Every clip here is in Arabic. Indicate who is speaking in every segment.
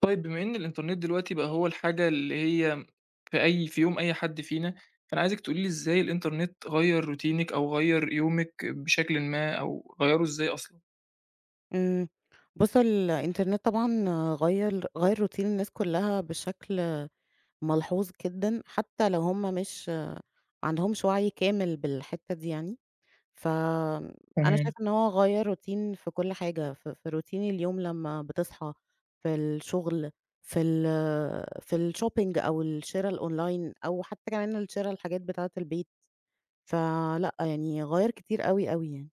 Speaker 1: طيب بما إن الإنترنت دلوقتي بقى هو الحاجة اللي هي في يوم أي حد فينا، فأنا عايزِك تقولي لي إزاي الإنترنت غيّر روتينِك أو غيّر يومِك بشكلٍ ما أو غيّره إزاي أصلًا؟
Speaker 2: إمم. بُص، الإنترنت طبعًا غيّر روتين الناس كلّها بشكل ملحوظ جدًا، حتى لو هم مش ما عندهمش وعي كامل بالحتّة دي يعني. فأنا شايفة
Speaker 1: تمام.
Speaker 2: إن هو غيّر روتين في كل حاجة، في روتين اليوم لمّا بتصحى، في الشغل، في ال في الshopping أو الشِرا الأونلاين أو حتى كمان الشِرا الحاجات بتاعة البيت، فلأ، يعني غيّر كتير أوي، أوي يعني.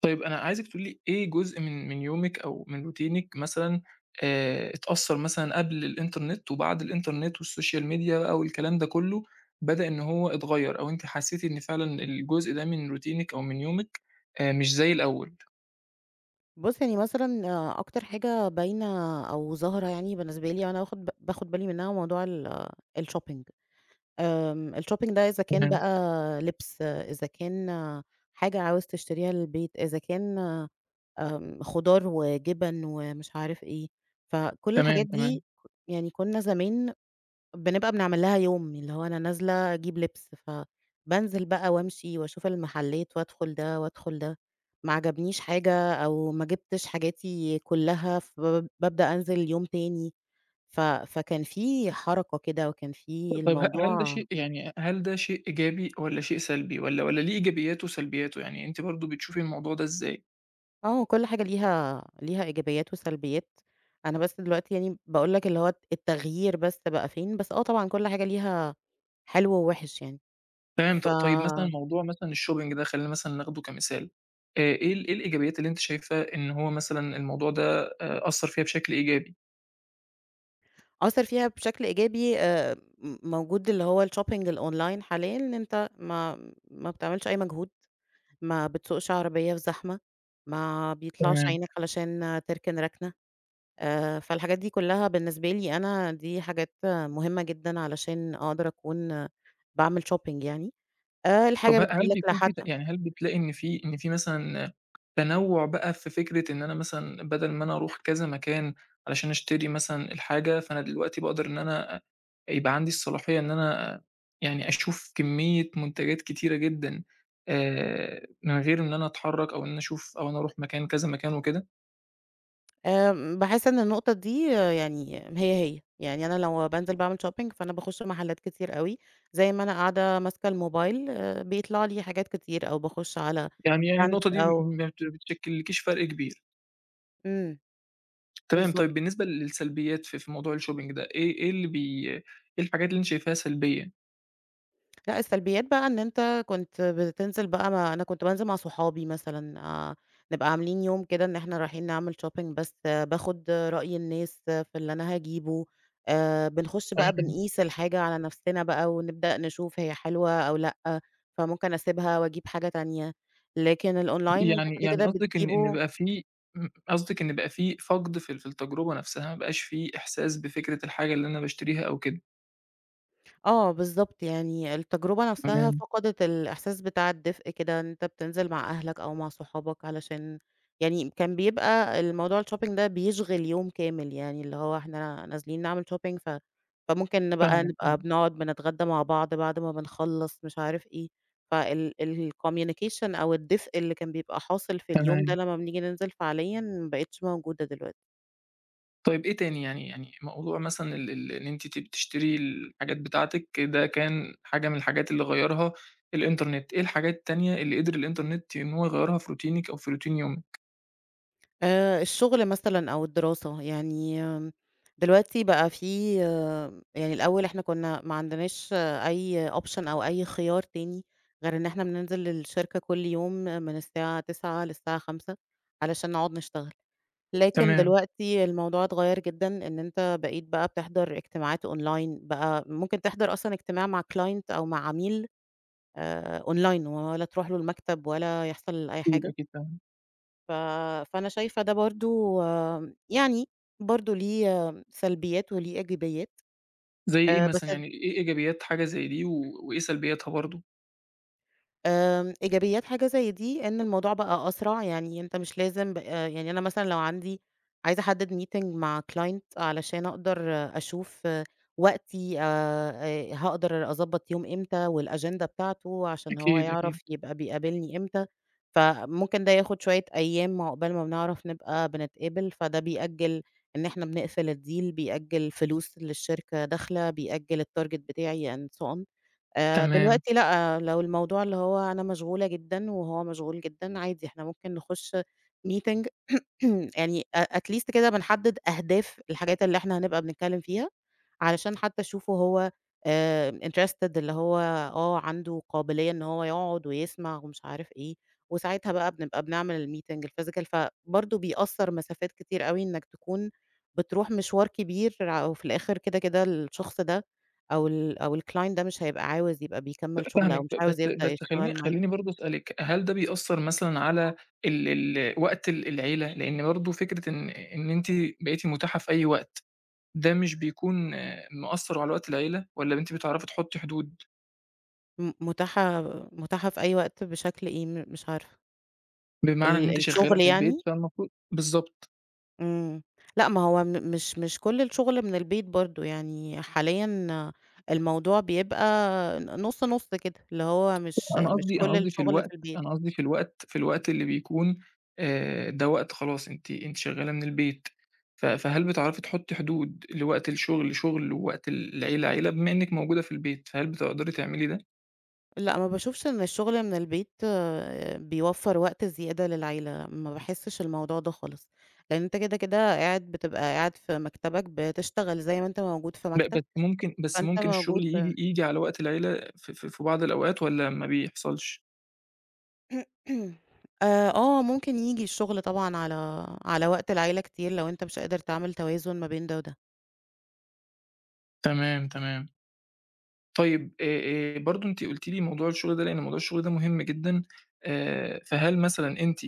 Speaker 1: طيب أنا عايزِك تقولي لي إيه جزء من يومِك أو من روتينِك مثلًا اتأثّر مثلًا قبل الإنترنت وبعد الإنترنت والسوشيال ميديا بقى والكلام ده كُلّه، بدأ إن هو اتغيّر أو أنتِ حسّيتِ إن فعلًا الجزء ده من روتينِك أو من يومِك مش زي الأول؟
Speaker 2: بُص، يعني مثلًا أكتر حاجة باينة أو ظاهرة يعني بالنسبة لي وأنا باخد بالي منها موضوع ال الshopping آمم الshopping ده إذا كان
Speaker 1: تمام،
Speaker 2: بقى لِبْس، إذا كان حاجة عاوز تشتريها للبيت، إذا كان خضار وجِبَن ومش عارف إيه، فكل الحاجات
Speaker 1: تمام،
Speaker 2: دي
Speaker 1: تمام.
Speaker 2: يعني كُنّا زمان بنبقى بنعمل لها يوم، اللي هو أنا نازلة أجيب لبس، فبانزل بقى وأمشي وأشوف المحلات وأدخل ده وأدخل ده، ما عجبنيش حاجة أو ما جبتش حاجاتي كلها، فبابدأ أنزل يوم تاني، ف فكان في حركة كده وكان في
Speaker 1: طيب
Speaker 2: الموضوع.
Speaker 1: هل ده شيء إيجابي والّا شيء سلبي والّا ليه إيجابياته وسلبياته؟ يعني أنتِ برضه بتشوفي الموضوع ده إزاي؟
Speaker 2: آه، كل حاجة ليها إيجابيات وسلبيات، أنا بس دلوقتي يعني باقول لك اللي هو التغيير بس بقى فين، بس آه، طبعًا كل حاجة ليها حلو ووِحِش يعني.
Speaker 1: فاهم.
Speaker 2: ف
Speaker 1: طيب، مثلًا موضوع مثلًا الshopping ده خلّينا مثلًا ناخده كمثال. إيه ال إيه الإيجابيات اللي أنتِ شايفة إن هو مثلًا الموضوع ده أثّر فيها بشكل إيجابي؟
Speaker 2: أثّر فيها بشكل إيجابي، م موجود اللي هو الshopping الأونلاين حاليًا، إن أنت ما بتعملش أي مجهود، ما بتسوقش عربية في زحمة، ما بيطلعش
Speaker 1: تمام.
Speaker 2: عينك علشان تركن ركنة. فالحاجات دي كلّها بالنسبة لي أنا دي حاجات مهمة جدًا علشان أقدر أكون باعمل shopping يعني، الحاجة
Speaker 1: طب هل
Speaker 2: بتيجي لك
Speaker 1: بيكون في
Speaker 2: لحد.
Speaker 1: ت يعني هل بتلاقي إن في مثلًا تنوُّع بقى في فكرة إن أنا مثلًا بدل ما أنا أروح كذا مكان علشان أشتري مثلًا الحاجة، فأنا دلوقتي باقدر إن أنا يبقى عندي الصلاحية إن أنا يعني أشوف كمية منتجات كتيرة جدًا، من غير إن أنا أتحرّك أو إن أنا أشوف أو إن أنا أروح مكان كذا مكان وكده؟
Speaker 2: باحس إن النقطة دي آه، يعني هي. يعني أنا لو بانزل باعمل shopping فأنا باخُش محلات كتير أوي، زي ما أنا قاعدة ماسكة الموبايل بيطلع لي حاجات كتير أو باخُش على
Speaker 1: يعني
Speaker 2: brand
Speaker 1: النقطة دي
Speaker 2: أو
Speaker 1: ما بت بتشكّلكيش فرق كبير.
Speaker 2: إمم،
Speaker 1: تمام،
Speaker 2: بالضبط.
Speaker 1: طيب بالنسبة للسلبيات في موضوع الshopping ده، إيه الحاجات اللي أنتِ شايفاها سلبية؟
Speaker 2: لأ، السلبيات بقى إن أنت كنت بتنزل بقى ما أنا كنت بانزل مع صحابي مثلًا نبقى عاملين يوم كده إن إحنا رايحين نعمل shopping بس آه، باخد رأي الناس آه، في اللي أنا هاجيبه، بنخش بقى
Speaker 1: يعني
Speaker 2: بنقيس الحاجة على نفسنا بقى ونبدأ نشوف هي حلوة أو لأ، فممكن أسيبها وأجيب حاجة تانية، لكن الأونلاين أنت
Speaker 1: يعني
Speaker 2: كده،
Speaker 1: يعني
Speaker 2: كده
Speaker 1: قصدِك إن إن
Speaker 2: بتجيبه.
Speaker 1: بقى في م قصدِك إن بقى في فَقْد في التجربة نَفْسها، ما بقاش في إحساس بفكرة الحاجة اللي أنا باشتريها أو كده.
Speaker 2: آه، بالضبط، يعني التجربة نفسها
Speaker 1: تمام،
Speaker 2: فقدت الإحساس بتاع الدفء كده، إن أنت بتنزل مع أهلك أو مع صحابك علشان يعني كان بيبقى الموضوع الshopping ده بيشغل يوم كامل، يعني اللي هو إحنا نازلين نعمل shopping فممكن بقى
Speaker 1: فاهمِك
Speaker 2: نبقى
Speaker 1: آه،
Speaker 2: بنقعد بنتغدى مع بعض بعد ما بنخلّص مش عارف إيه، الcommunication أو الدفء اللي كان بيبقى حاصل في اليوم ده
Speaker 1: تمام.
Speaker 2: لمّا بنيجي ننزل فعليًا ما بقتش موجودة دلوقتي.
Speaker 1: طيب إيه تاني، يعني موضوع مثلًا ال ال إن أنتِ بتشتري الحاجات بتاعتِك، ده كان حاجة من الحاجات اللي غيّرها الإنترنت، إيه الحاجات التانية اللي قدر الإنترنت إن هو يغيّرها في روتينِك أو في روتين يومِك؟
Speaker 2: الشغل مثلًا أو الدراسة، يعني دلوقتي بقى في آه، يعني الأول إحنا كنا ما عندناش آه، أي option أو أي خيار تاني غير إن إحنا بننزل للشركة كل يوم من الساعة 09:00 للساعة 17:00 علشان نقعد نشتغل، لكن
Speaker 1: تمام،
Speaker 2: دلوقتي الموضوع اتغيّر جدًا، إن أنت بقيت بقى بتحضر اجتماعات أونلاين، بقى ممكن تحضر أصلًا اجتماع مع client أو مع عميل أونلاين، ولا تروح له المكتب ولا يحصل أي
Speaker 1: أكيد،
Speaker 2: حاجة.
Speaker 1: أكيد، فاهم.
Speaker 2: ف فأنا شايفة ده برضه يعني برضه ليه آه، سلبيات وليه إيجابيات،
Speaker 1: زي إيه
Speaker 2: بس
Speaker 1: مثلًا، يعني إيه إيجابيات حاجة زي دي و وإيه سلبياتها برضه؟
Speaker 2: إيجابيات حاجة زي دي إن الموضوع بقى أسرع، يعني أنت مش لازم ب يعني أنا مثلًا لو عندي عايزة أحدد meeting مع client علشان أقدر أشوف وقتي، هاقدر أضبط يوم إمتى والأجندة بتاعته عشان هو
Speaker 1: أكيد، أكيد،
Speaker 2: يعرف يبقى بيقابلني إمتى، فممكن ده ياخد شوية أيام عقبال ما بنعرف نبقى بنتقابل، فده بيأجل إن إحنا بنقفل الdeal، بيأجل فلوس للشركة داخلة، بيأجل الtarget بتاعي and so on.
Speaker 1: تمام.
Speaker 2: دلوقتي لأ، لو الموضوع اللي هو أنا مشغولة جدًا وهو مشغول جدًا، عادي إحنا ممكن نخش meeting يعني أ at least كده بنحدد أهداف الحاجات اللي إحنا هنبقى بنتكلم فيها، علشان حتى أشوفه هو interested اللي هو آه، عنده قابلية إن هو يقعد ويسمع ومش عارف إيه، وساعتها بقى بنبقى بنعمل الmeeting الphysical فبرضه بيأثّر مسافات كتير أوي إنك تكون بتروح مشوار كبير وفي الآخر كده، كده الشخص ده أو الclient ده مش هيبقى عاوز يبقى بيكمّل شُغل أو
Speaker 1: فاهمِك،
Speaker 2: مش
Speaker 1: ب بس
Speaker 2: عاوز يبدأ
Speaker 1: بس خلّيني
Speaker 2: يشتغل معاكِ.
Speaker 1: خلّيني برضه أسألِك، هل ده بيأثّر مثلًا على ال ال وقت العيلة؟ لإن برضه فكرة إن أنتِ بقيتِ متاحة في أي وقت، ده مش بيكون مأثّر على وقت العيلة، والّا أنتِ بتعرفي تحطّي حدود؟
Speaker 2: متاحة متاحة في أي وقت بشكل إيه؟ مش عارفة.
Speaker 1: بمعنى إن
Speaker 2: ال
Speaker 1: أنتِ شغّالة
Speaker 2: الشغل
Speaker 1: من البيت
Speaker 2: يعني؟
Speaker 1: فالمفروض بالضبط.
Speaker 2: إمم. لأ، ما هو م مش مش كل الشغل من البيت برضه، يعني حاليًا الموضوع بيبقى نُص، نُص كده، اللي هو مش
Speaker 1: أنا
Speaker 2: مش
Speaker 1: قصدي أنا
Speaker 2: كل
Speaker 1: قصدي في
Speaker 2: الشغل في
Speaker 1: الوقت
Speaker 2: البيت.
Speaker 1: أنا قصدي في الوقت اللي بيكون ده وقت خلاص، أنتِ شغّالة من البيت، فهل بتعرفي تحطّي حدود لوقت الشغل شغل، ووقت العيلة عيلة، بما إنِّك موجودة في البيت، فهل بتقدري تعملي ده؟
Speaker 2: لأ، ما باشوفش إن الشغل من البيت آه، بيوفّر وقت زيادة للعيلة، ما باحسّش الموضوع ده خالص، لإن أنت كده، كده قاعد بتبقى قاعد في مكتبك بتشتغل زي ما أنت موجود في
Speaker 1: ب
Speaker 2: مكتب،
Speaker 1: بس ممكن بس
Speaker 2: فأنت
Speaker 1: ممكن
Speaker 2: موجود
Speaker 1: الشغل
Speaker 2: في
Speaker 1: ييجي على وقت العيلة في بعض الأوقات والّا ما بيحصلش؟
Speaker 2: آه، ممكن ييجي الشغل طبعًا على على وقت العيلة كتير لو أنت مش قادر تعمل توازن ما بين ده وده.
Speaker 1: تمام، تمام. طيب برضه أنتِ قُلتِ لي موضوع الشغل ده، لإن موضوع الشغل ده مهم جدًا. فهل مثلًا أنتِ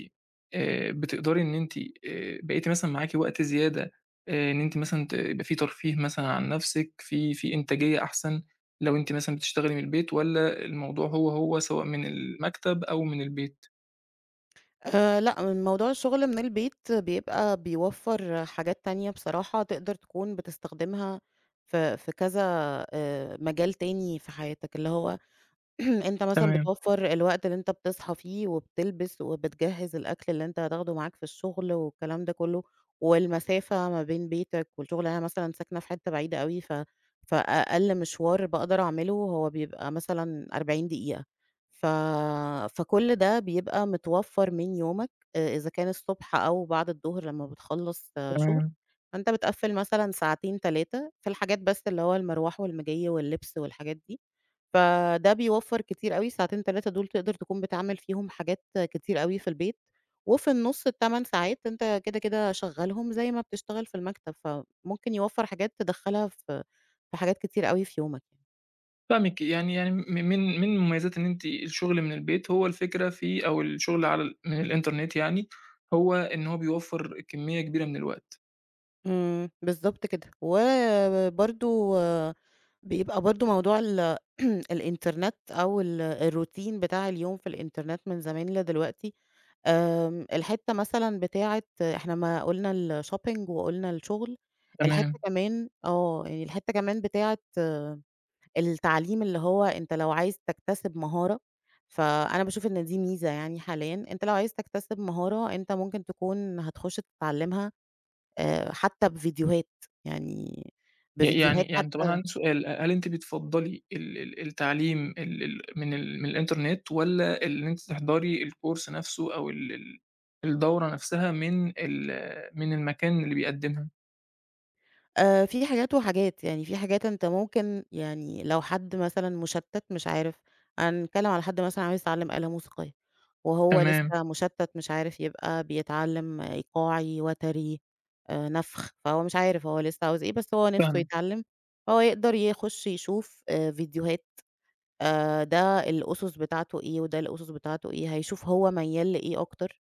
Speaker 1: بتقدري إن أنتِ بقيتِ مثلًا معاكِ وقت زيادة إن أنتِ مثلًا يبقى في ترفيه مثلًا عن نَفْسِك، في إنتاجية أحسن لو أنتِ مثلًا بتشتغلي من البيت، والّا الموضوع هو سواء من المكتب أو من البيت؟
Speaker 2: لأ، من موضوع الشغل من البيت بيبقى بيوفّر حاجات تانية بصراحة تقدر تكون بتستخدمها في كذا مجال تاني في حياتك، اللي هو أنت مثلًا
Speaker 1: تمام،
Speaker 2: بتوفّر الوقت اللي أنت بتصحى فيه وبتلبس وبتجهّز الأكل اللي أنت هتاخده معاك في الشغل والكلام ده كُلّه، والمسافة ما بين بيتك والشغل، يعني أنا مثلًا ساكنة في حتّة بعيدة أوي فأقل مشوار باقدر أعمله هو بيبقى مثلًا 40 دقيقة، ف فكل ده بيبقى متوفّر من يومك إذا كان الصبح أو بعد الضهر لمّا بتخلّص آه، شغل،
Speaker 1: تمام.
Speaker 2: فأنت بتقفّل مثلًا ساعتين 3 في الحاجات بس اللي هو المروح والمجي واللبس والحاجات دي. فده بيوفّر كتير أوي، الساعتين 3 دول تقدر تكون بتعمل فيهم حاجات كتير أوي في البيت، وفي النُص ال8 ساعات أنت كده، كده شغّلهم زي ما بتشتغل في المكتب، فممكن يوفّر حاجات تدخّلها في حاجات كتير أوي في يومك يعني.
Speaker 1: فاهمِك، يعني م من من مميزات إن أنتِ الشغل من البيت، هو الفكرة في أو الشغل على ال من الإنترنت يعني، هو إن هو بيوفّر كمية كبيرة من الوقت.
Speaker 2: إمم، بالضبط كده. وبرضه بيبقى برضه موضوع ال الإنترنت أو الroutine بتاع اليوم في الإنترنت من زمان لدلوقتي الحتّة مثلًا بتاعة إحنا ما قُلنا الشوبينج وقُلنا الشغل،
Speaker 1: تمام.
Speaker 2: الحتّة كمان آه، يعني الحتّة كمان بتاعة التعليم اللي هو أنت لو عايز تكتسب مهارة، فأنا باشوف إن دي ميزة يعني حاليًا، أنت لو عايز تكتسب مهارة أنت ممكن تكون هتخش تتعلمها حتّى بفيديوهات، يعني
Speaker 1: ي يعني
Speaker 2: بفيديوهات
Speaker 1: يعني طب أنا
Speaker 2: حتّى.
Speaker 1: عندي سؤال، هل أنتِ بتفضّلي ال ال التعليم ال ال من ال من الإنترنت، والّا إن أنتِ تحضري الcourse نفْسه أو ال ال الدورة نفْسها من المكان اللي بيقدّمها؟
Speaker 2: في حاجات وحاجات، يعني في حاجات أنت ممكن يعني لو حد مثلًا مشتّت مش عارف، هنتكلّم على حد مثلًا عايز يتعلم آلة موسيقية. وهو لسه
Speaker 1: تمام،
Speaker 2: مشتت مش عارف يبقى بيتعلم إيقاعي، وتري، نفخ، فهو مش عارف هو لسه عاوز إيه، بس هو نِفْسه
Speaker 1: فاهمِك.
Speaker 2: يتعلم، فهو يقدر يخش يشوف فيديوهات، ده الأُسس بتاعته إيه، وده الأُسس بتاعته إيه، هيشوف هو ميّال لإيه أكتر.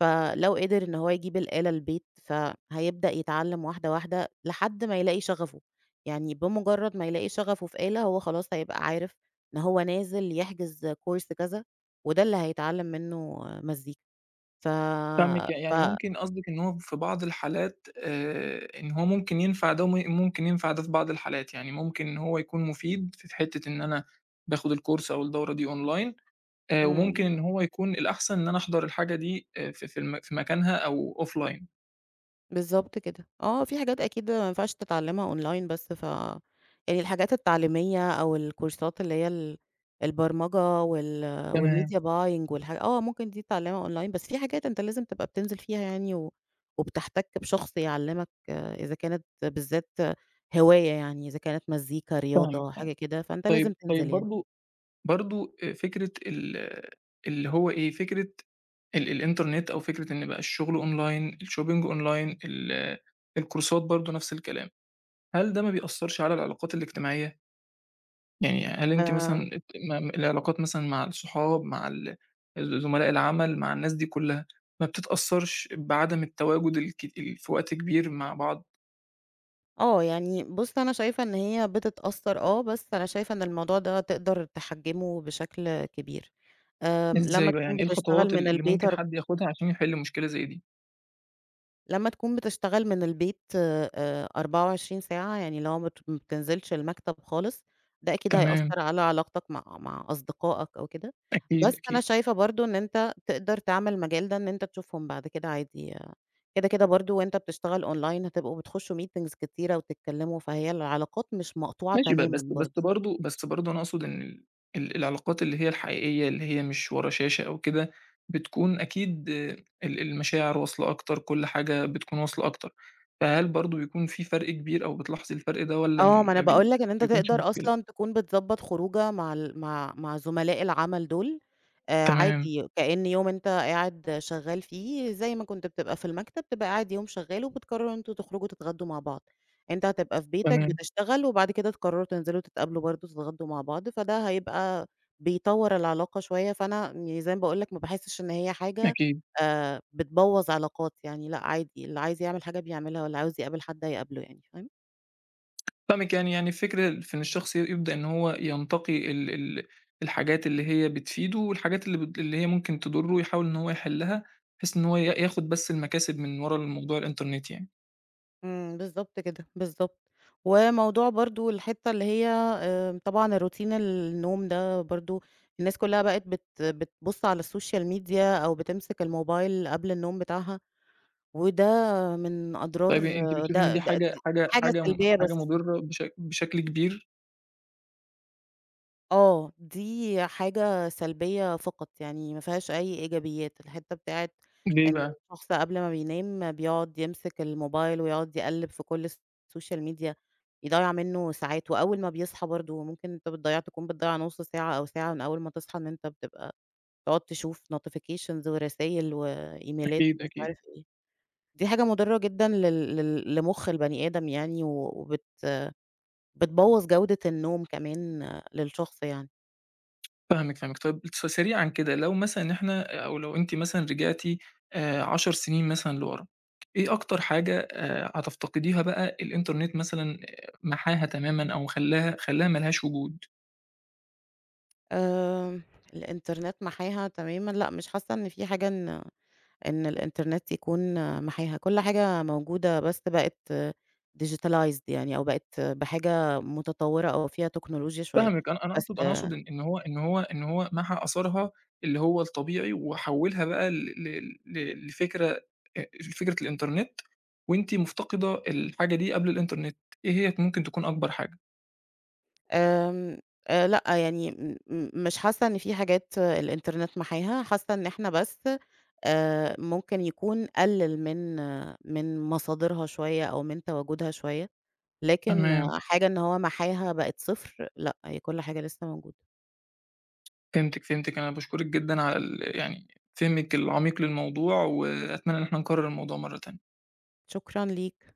Speaker 2: فلو قدر إن هو يجيب الآلة البيت، فهيبدأ يتعلّم واحدة، واحدة لحد ما يلاقي شغفه، يعني بمجرّد ما يلاقي شغفه في آلة هو خلاص هيبقى عارف إن هو نازل يحجز كورس كذا، وده اللي هيتعلّم منّه مزيكا. ف
Speaker 1: فاهمِك،
Speaker 2: ف
Speaker 1: يعني ممكن قصدِك إن هو في بعض الحالات، إن هو ممكن ينفع ده ممكن ينفع ده في بعض الحالات، يعني ممكن إن هو يكون مفيد في حتة إن أنا باخد الcourse أو الدورة دي online،
Speaker 2: إمم.
Speaker 1: وممكن إن هو يكون الأحسن إن أنا أحضر الحاجة دي، في مكانها أو offline.
Speaker 2: بالضبط كده، آه، في حاجات أكيد ما ينفعش تتعلّمها online بس، يعني الحاجات التعليمية أو الكورسات اللي هي البرمجة
Speaker 1: تمام،
Speaker 2: والmedia buying والحاجة آه، ممكن دي تتعلّمها online بس في حاجات أنت لازم تبقى بتنزل فيها يعني وبتحتَك بشخص يعلّمك آه، إذا كانت بالذات هواية يعني، إذا كانت مزيكا،
Speaker 1: فاهمِك،
Speaker 2: رياضة،
Speaker 1: فاهمِك.
Speaker 2: حاجة كده، فأنت لازم
Speaker 1: طيب،
Speaker 2: تنزل يعني.
Speaker 1: برضه، فكرة ال اللي هو إيه، فكرة الإنترنت، أو فكرة إن بقى الشغل online، الshopping online، الكورسات برضه نفس الكلام. هل ده ما بيأثّرش على العلاقات الاجتماعية؟ يعني هل أنتِ
Speaker 2: آآ،
Speaker 1: مثلًا ما العلاقات مثلًا مع الصحاب، مع زملاء العمل، مع الناس دي كلّها، ما بتتأثّرش بعدم التواجد الك ال في وقت كبير مع بعض؟
Speaker 2: آه، يعني بُص أنا شايفة إن هي بتتأثّر آه، بس أنا شايفة إن الموضوع ده تقدر تحجّمه بشكل كبير. لمّا
Speaker 1: إزاي بقى،
Speaker 2: تكون
Speaker 1: يعني إيه
Speaker 2: بتشتغل
Speaker 1: الخطوات
Speaker 2: من
Speaker 1: اللي
Speaker 2: البيت
Speaker 1: ممكن حد ياخدها عشان يحل مشكلة زي دي؟
Speaker 2: لمّا تكون بتشتغل من البيت 24 ساعة، يعني اللي هو ما بتنزلش المكتب خالص، ده أكيد
Speaker 1: تمام،
Speaker 2: هيأثّر على علاقتك مع أصدقائك أو كده،
Speaker 1: أكيد،
Speaker 2: بس أنا
Speaker 1: أكيد.
Speaker 2: شايفة برضه إن أنت تقدر تعمل مجال ده إن أنت تشوفهم بعد كده عادي، كده، كده برضه وأنت بتشتغل online هتبقوا بتخشوا meetings كتيرة وتتكلموا، فهي العلاقات مش مقطوعة
Speaker 1: ماشي، ب
Speaker 2: تمامًا
Speaker 1: بس بس
Speaker 2: برضه.
Speaker 1: برضه بس برضه أنا أقصد إن ال ال العلاقات اللي هي الحقيقية، اللي هي مش ورا شاشة أو كده، بتكون أكيد آه، المشاعر واصلة أكتر، كل حاجة بتكون واصلة أكتر، فهل برضه بيكون في فرق كبير أو بتلاحظي الفرق ده، والّا
Speaker 2: آه، ما أنا باقول لك إن
Speaker 1: ما
Speaker 2: أنت
Speaker 1: بيكونش
Speaker 2: تقدر
Speaker 1: مشكلة؟
Speaker 2: أصلًا تكون بتضبّط خروجة مع ال مع مع زملاء العمل دول،
Speaker 1: تمام،
Speaker 2: عادي كأن يوم أنت قاعد شغّال فيه زي ما كنت بتبقى في المكتب، تبقى قاعد يوم شغّال وبتقرروا إن أنتم تخرجوا تتغدّوا مع بعض، أنت هتبقى في بيتك
Speaker 1: تمام،
Speaker 2: بتشتغل وبعد كده تقرروا تنزلوا تتقابلوا برضه تتغدّوا مع بعض، فده هيبقى بيطوّر العلاقة شوية، فأنا يعني زي ما باقول لك ما باحسّش إن هي حاجة
Speaker 1: أكيد.
Speaker 2: بتبوّظ علاقات يعني لأ، عادي اللي عايز يعمل حاجة بيعملها واللي عاوز يقابل حد هيقابله يعني، فاهم؟
Speaker 1: فاهمِك. يعني الفكرة في إن الشخص يبدأ إن هو ينتقي ال ال الحاجات اللي هي بتفيده، والحاجات اللي هي ممكن تضره، يحاول إن هو يحلّها بحيث إن هو ياخد بس المكاسب من ورا الموضوع الإنترنت يعني.
Speaker 2: إمم، بالضبط كده، بالضبط. وموضوع برضه الحتّة اللي هي طبعًا الروتين النوم ده برضه الناس كلّها بقت بتبُص على السوشيال ميديا أو بتمسك الموبايل قبل النوم بتاعها، وده من أضرار.
Speaker 1: طيب، أنتِ
Speaker 2: آه،
Speaker 1: بتشوفي إن
Speaker 2: ده
Speaker 1: دي
Speaker 2: ده دي حاجة سلبية
Speaker 1: حاجة
Speaker 2: بس.
Speaker 1: مُضرة بشكل كبير،
Speaker 2: آه، دي حاجة سلبية فقط، يعني ما فيهاش أي إيجابيات، الحتّة بتاعة
Speaker 1: ليه
Speaker 2: إن
Speaker 1: بقى؟
Speaker 2: الشخص قبل ما بينام بيقعد يمسك الموبايل ويقعد يقلِّب في كل السوشيال ميديا، يضيّع منّه ساعات، وأول ما بيصحى برضه ممكن أنت بتضيّع تكون بتضيّع نُص ساعة أو ساعة من أول ما تصحى إن أنت بتبقى تقعد تشوف notifications ورسايل وإيميلات
Speaker 1: أكيد،
Speaker 2: ومش
Speaker 1: أكيد،
Speaker 2: عارف إيه، دي حاجة مُضرّة جدًا لل لل لمُخ البني آدم يعني، و وبت بتبوّظ جودة النوم كمان للشخص يعني.
Speaker 1: فاهمِك، فاهمِك. طيب، سريعًا كده، لو مثلًا إن إحنا أو لو أنتِ مثلًا رجعتِ 10 سنين مثلًا لورا، إيه أكتر حاجة هتفتقديها بقى الإنترنت مثلًا محاها تمامًا أو خلّاها ما لهاش وجود؟
Speaker 2: آآ الإنترنت محاها تمامًا، لأ مش حاسة إن في حاجة إن الإنترنت يكون محاها، كل حاجة موجودة بس بقت digitalized يعني أو بقت بحاجة متطورة أو فيها تكنولوجيا شوية،
Speaker 1: فاهمِك. أنا أنا
Speaker 2: بس
Speaker 1: أقصد أنا أقصد إن إن هو محى آثارها اللي هو الطبيعي، وحوّلها بقى ل ل ل لفكرة لفكرة الإنترنت، وأنتِ مفتقدة الحاجة دي قبل الإنترنت، إيه هي ممكن تكون أكبر حاجة؟
Speaker 2: آمم لأ يعني م م مش حاسة إن في حاجات الإنترنت محاها، حاسة إن إحنا بس ممكن يكون قلل من مصادرها شوية أو من تواجدها شوية. لكن
Speaker 1: تمام.
Speaker 2: حاجة إن هو محاها بقت صفر، لأ، هي كل حاجة لسه موجودة.
Speaker 1: فهمتِك، فهمتِك، أنا باشكرِك جدًا على ال يعني فهمِك العميق للموضوع، وأتمنى إن إحنا نكرر الموضوع مرّة تانية.
Speaker 2: شكرًا ليك.